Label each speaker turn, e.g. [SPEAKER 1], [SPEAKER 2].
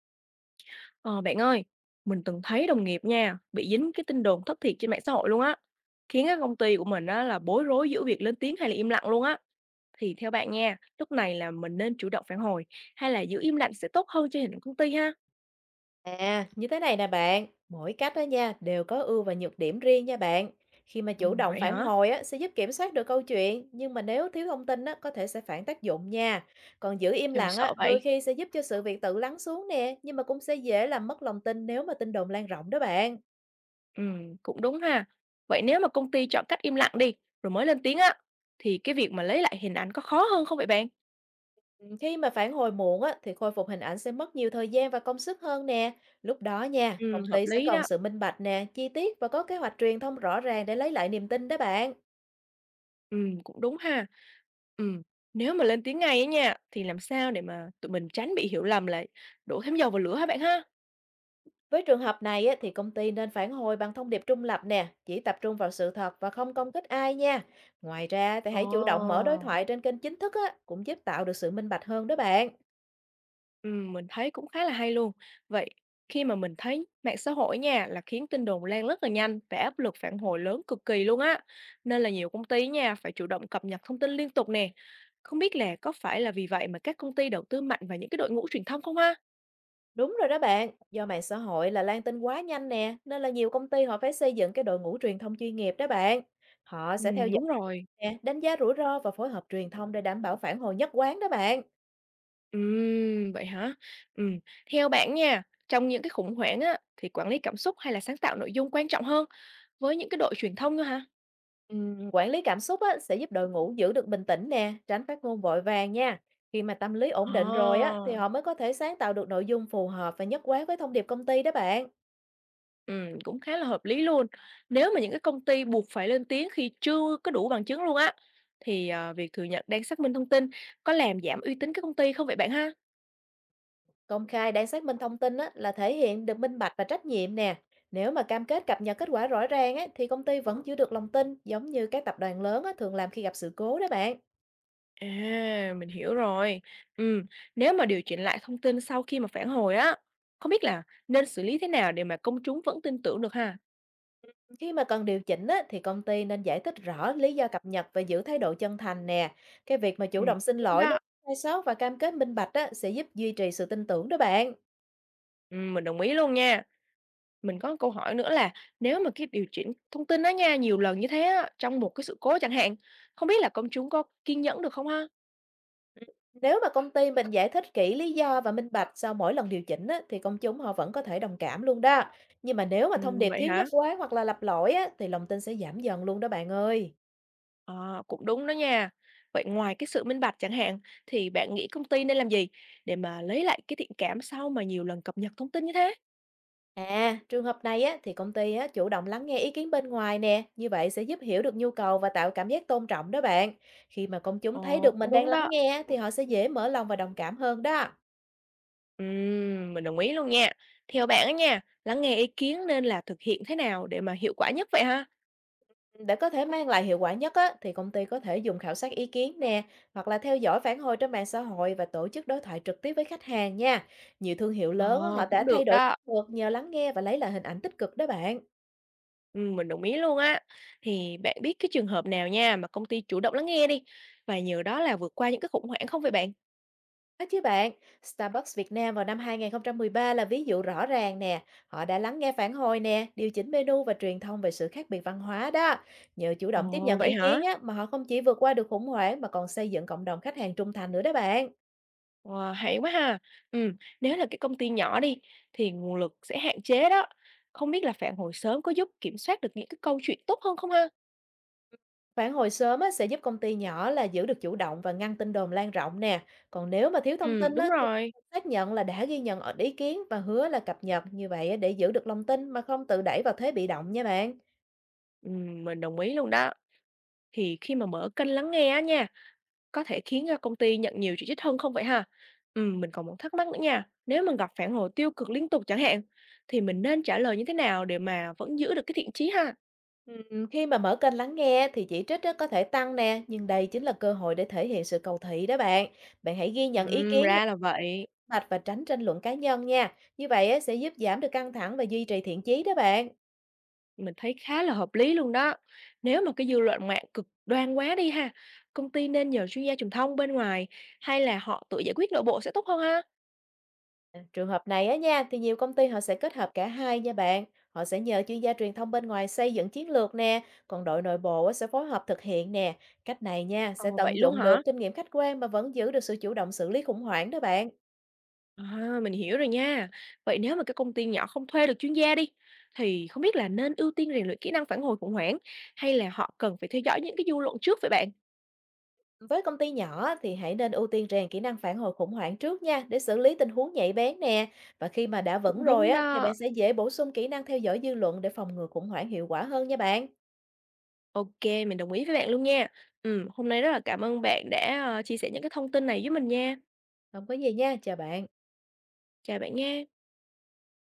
[SPEAKER 1] Ờ, Bạn ơi, mình từng thấy đồng nghiệp nha, bị dính cái tin đồn thất thiệt trên mạng xã hội luôn á, khiến cái công ty của mình á là bối rối giữa việc lên tiếng hay là im lặng luôn á. Thì theo bạn nha, lúc này là mình nên chủ động phản hồi hay là giữ im lặng sẽ tốt hơn cho hình ảnh công ty ha?
[SPEAKER 2] À, như thế này nè bạn, mỗi cách đó nha đều có ưu và nhược điểm riêng nha bạn. Khi mà
[SPEAKER 1] Ừ,
[SPEAKER 2] chủ động
[SPEAKER 1] vậy
[SPEAKER 2] phản
[SPEAKER 1] hả?
[SPEAKER 2] hồi á sẽ giúp kiểm soát được câu chuyện, nhưng mà nếu thiếu thông tin á có thể sẽ phản tác dụng nha. Còn giữ im
[SPEAKER 1] Trời
[SPEAKER 2] lặng á
[SPEAKER 1] sợ
[SPEAKER 2] đôi
[SPEAKER 1] vậy.
[SPEAKER 2] khi sẽ giúp cho sự việc tự lắng xuống nè, nhưng mà cũng sẽ dễ làm mất lòng tin nếu mà tin đồn lan rộng đó bạn.
[SPEAKER 1] Ừ, cũng đúng ha. Vậy nếu mà công ty chọn cách im lặng đi, rồi mới lên tiếng á, thì cái việc mà lấy lại hình ảnh có khó hơn không vậy bạn?
[SPEAKER 2] Ừ, khi mà phản hồi muộn á thì khôi phục hình ảnh sẽ mất nhiều thời gian và công sức hơn nè. Lúc đó nha,
[SPEAKER 1] Ừ,
[SPEAKER 2] công
[SPEAKER 1] hợp
[SPEAKER 2] ty sẽ
[SPEAKER 1] lý
[SPEAKER 2] cần
[SPEAKER 1] đó.
[SPEAKER 2] sự minh bạch nè, chi tiết và có kế hoạch truyền thông rõ ràng để lấy lại niềm tin đó bạn.
[SPEAKER 1] Cũng đúng ha. Ừm, Nếu mà lên tiếng ngay á nha, thì làm sao để mà tụi mình tránh bị hiểu lầm là đổ thêm dầu vào lửa hả bạn ha?
[SPEAKER 2] Với trường hợp này á, thì công ty nên phản hồi bằng thông điệp trung lập nè, chỉ tập trung vào sự thật và không công kích ai nha. Ngoài ra thì
[SPEAKER 1] Ồ.
[SPEAKER 2] hãy chủ động mở đối thoại trên kênh chính thức á, cũng giúp tạo được sự minh bạch hơn đó bạn.
[SPEAKER 1] Mình thấy cũng khá là hay luôn. Vậy khi mà mình thấy mạng xã hội nha là khiến tin đồn lan rất là nhanh và áp lực phản hồi lớn cực kỳ luôn á. Nên là nhiều công ty nha phải chủ động cập nhật thông tin liên tục nè. Không biết là có phải là vì vậy mà các công ty đầu tư mạnh vào những cái đội ngũ truyền thông không ha?
[SPEAKER 2] Đúng rồi đó bạn, do mạng xã hội là lan tin quá nhanh nè, nên là nhiều công ty họ phải xây dựng cái đội ngũ truyền thông chuyên nghiệp đó bạn. Họ sẽ theo dõi
[SPEAKER 1] Đúng rồi.
[SPEAKER 2] nè, đánh giá rủi ro và phối hợp truyền thông để đảm bảo phản hồi nhất quán đó bạn.
[SPEAKER 1] Vậy hả? Ừm, Theo bạn nha, trong những cái khủng hoảng á, thì quản lý cảm xúc hay là sáng tạo nội dung quan trọng hơn với những cái đội truyền thông nữa hả?
[SPEAKER 2] Quản lý cảm xúc á, sẽ giúp đội ngũ giữ được bình tĩnh nè, tránh phát ngôn vội vàng nha. Khi mà tâm lý ổn định rồi á,
[SPEAKER 1] À,
[SPEAKER 2] thì họ mới có thể sáng tạo được nội dung phù hợp và nhất quán với thông điệp công ty đó bạn.
[SPEAKER 1] Cũng khá là hợp lý luôn. Nếu mà những cái công ty buộc phải lên tiếng khi chưa có đủ bằng chứng luôn á, thì việc thừa nhận đang xác minh thông tin có làm giảm uy tín cái công ty không vậy bạn ha?
[SPEAKER 2] Công khai để xác minh thông tin á, là thể hiện được minh bạch và trách nhiệm nè. Nếu mà cam kết cập nhật kết quả rõ ràng á, thì công ty vẫn giữ được lòng tin giống như các tập đoàn lớn á, thường làm khi gặp sự cố đó bạn.
[SPEAKER 1] À, mình hiểu rồi. Ừm, Nếu mà điều chỉnh lại thông tin sau khi mà phản hồi á, không biết là nên xử lý thế nào để mà công chúng vẫn tin tưởng được ha?
[SPEAKER 2] Khi mà cần điều chỉnh á, thì công ty nên giải thích rõ lý do cập nhật và giữ thái độ chân thành nè. Cái việc mà
[SPEAKER 1] Ừ,
[SPEAKER 2] chủ động xin
[SPEAKER 1] đúng
[SPEAKER 2] lỗi nếu
[SPEAKER 1] đó.
[SPEAKER 2] có sai sót và cam kết minh bạch á, sẽ giúp duy trì sự tin tưởng đó bạn.
[SPEAKER 1] Mình đồng ý luôn nha. Mình có câu hỏi nữa là nếu mà cái điều chỉnh thông tin đó nha, nhiều lần như thế á, trong một cái sự cố chẳng hạn, không biết là công chúng có kiên nhẫn được không ha?
[SPEAKER 2] Ừ, nếu mà công ty mình giải thích kỹ lý do và minh bạch sau mỗi lần điều chỉnh á, thì công chúng họ vẫn có thể đồng cảm luôn đó. Nhưng mà nếu mà thông điệp
[SPEAKER 1] Vậy
[SPEAKER 2] thiếu
[SPEAKER 1] hả?
[SPEAKER 2] nhất quán hoặc là lặp lỗi á, thì lòng tin sẽ giảm dần luôn đó bạn ơi.
[SPEAKER 1] Ờ, Cũng đúng đó nha. Vậy ngoài cái sự minh bạch chẳng hạn, thì bạn nghĩ công ty nên làm gì để mà lấy lại cái thiện cảm sau mà nhiều lần cập nhật thông tin như thế?
[SPEAKER 2] À, trường hợp này á, thì công ty á, chủ động lắng nghe ý kiến bên ngoài nè, như vậy sẽ giúp hiểu được nhu cầu và tạo cảm giác tôn trọng đó bạn. Khi mà công chúng thấy
[SPEAKER 1] Ồ,
[SPEAKER 2] được
[SPEAKER 1] cũng
[SPEAKER 2] mình đang
[SPEAKER 1] đúng
[SPEAKER 2] lắng
[SPEAKER 1] đó.
[SPEAKER 2] nghe á, thì họ sẽ dễ mở lòng và đồng cảm hơn đó.
[SPEAKER 1] Mình đồng ý luôn nha. Theo bạn á nha, lắng nghe ý kiến nên là thực hiện thế nào để mà hiệu quả nhất vậy ha?
[SPEAKER 2] Để có thể mang lại hiệu quả nhất á, thì công ty có thể dùng khảo sát ý kiến nè, hoặc là theo dõi phản hồi trên mạng xã hội và tổ chức đối thoại trực tiếp với khách hàng nha. Nhiều thương hiệu lớn á,
[SPEAKER 1] Ờ,
[SPEAKER 2] họ đã
[SPEAKER 1] cũng
[SPEAKER 2] thay
[SPEAKER 1] được
[SPEAKER 2] đổi
[SPEAKER 1] đó.
[SPEAKER 2] được nhờ lắng nghe và lấy lại hình ảnh tích cực đó bạn.
[SPEAKER 1] Mình đồng ý luôn á. Thì bạn biết cái trường hợp nào nha, mà công ty chủ động lắng nghe đi, và nhờ đó là vượt qua những cái khủng hoảng không vậy bạn?
[SPEAKER 2] Có chứ bạn, Starbucks Việt Nam vào năm 2013 là ví dụ rõ ràng nè. Họ đã lắng nghe phản hồi nè, điều chỉnh menu và truyền thông về sự khác biệt văn hóa đó. Nhờ chủ động tiếp
[SPEAKER 1] Ồ,
[SPEAKER 2] nhận
[SPEAKER 1] vậy
[SPEAKER 2] ý kiến
[SPEAKER 1] hả?
[SPEAKER 2] á, mà họ không chỉ vượt qua được khủng hoảng mà còn xây dựng cộng đồng khách hàng trung thành nữa đó bạn.
[SPEAKER 1] Wow, hay quá ha. Nếu là cái công ty nhỏ đi, thì nguồn lực sẽ hạn chế đó. Không biết là phản hồi sớm có giúp kiểm soát được những cái câu chuyện tốt hơn không ha?
[SPEAKER 2] Phản hồi sớm á, sẽ giúp công ty nhỏ là giữ được chủ động và ngăn tin đồn lan rộng nè. Còn nếu mà thiếu thông
[SPEAKER 1] Ừ,
[SPEAKER 2] tin
[SPEAKER 1] đúng
[SPEAKER 2] á, thì
[SPEAKER 1] rồi.
[SPEAKER 2] xác nhận là đã ghi nhận ý kiến và hứa là cập nhật như vậy á, để giữ được lòng tin mà không tự đẩy vào thế bị động nha bạn.
[SPEAKER 1] Mình đồng ý luôn đó. Thì khi mà mở kênh lắng nghe á nha, có thể khiến, công ty nhận nhiều chỉ trích hơn không vậy ha? Mình còn một thắc mắc nữa nha, nếu mà gặp phản hồi tiêu cực liên tục chẳng hạn, thì mình nên trả lời như thế nào để mà vẫn giữ được cái thiện chí ha?
[SPEAKER 2] Khi mà mở kênh lắng nghe thì chỉ trích á, có thể tăng nè, nhưng đây chính là cơ hội để thể hiện sự cầu thị đó bạn. Bạn hãy ghi nhận ý kiến nè,
[SPEAKER 1] Ra là vậy,
[SPEAKER 2] mạch và tránh tranh luận cá nhân nha. Như vậy á, sẽ giúp giảm được căng thẳng và duy trì thiện chí đó bạn.
[SPEAKER 1] mình thấy khá là hợp lý luôn đó. Nếu mà cái dư luận mạng cực đoan quá đi ha, công ty nên nhờ chuyên gia truyền thông bên ngoài hay là họ tự giải quyết nội bộ sẽ tốt hơn ha?
[SPEAKER 2] À, trường hợp này á nha, thì nhiều công ty họ sẽ kết hợp cả hai nha bạn. Họ sẽ nhờ chuyên gia truyền thông bên ngoài xây dựng chiến lược nè, còn đội nội bộ á, sẽ phối hợp thực hiện nè. Cách này nha, sẽ
[SPEAKER 1] Ồ, vậy
[SPEAKER 2] tận
[SPEAKER 1] luôn
[SPEAKER 2] dụng được
[SPEAKER 1] hả?
[SPEAKER 2] kinh nghiệm khách quan mà vẫn giữ được sự chủ động xử lý khủng hoảng đó bạn.
[SPEAKER 1] À, mình hiểu rồi nha. Vậy nếu mà cái công ty nhỏ không thuê được chuyên gia đi, thì không biết là nên ưu tiên rèn luyện kỹ năng phản hồi khủng hoảng hay là họ cần phải theo dõi những cái dư luận trước vậy bạn?
[SPEAKER 2] Với công ty nhỏ thì hãy nên ưu tiên rèn kỹ năng phản hồi khủng hoảng trước nha để xử lý tình huống nhạy bén nè. Và khi mà đã vững
[SPEAKER 1] Cũng
[SPEAKER 2] rồi
[SPEAKER 1] đúng
[SPEAKER 2] á thì bạn
[SPEAKER 1] đó.
[SPEAKER 2] sẽ dễ bổ sung kỹ năng theo dõi dư luận để phòng ngừa khủng hoảng hiệu quả hơn nha bạn.
[SPEAKER 1] Ok, mình đồng ý với bạn luôn nha. Ừ, hôm nay rất là cảm ơn bạn đã chia sẻ những cái thông tin này với mình nha.
[SPEAKER 2] Không có gì nha, chào bạn.
[SPEAKER 1] Chào bạn nha.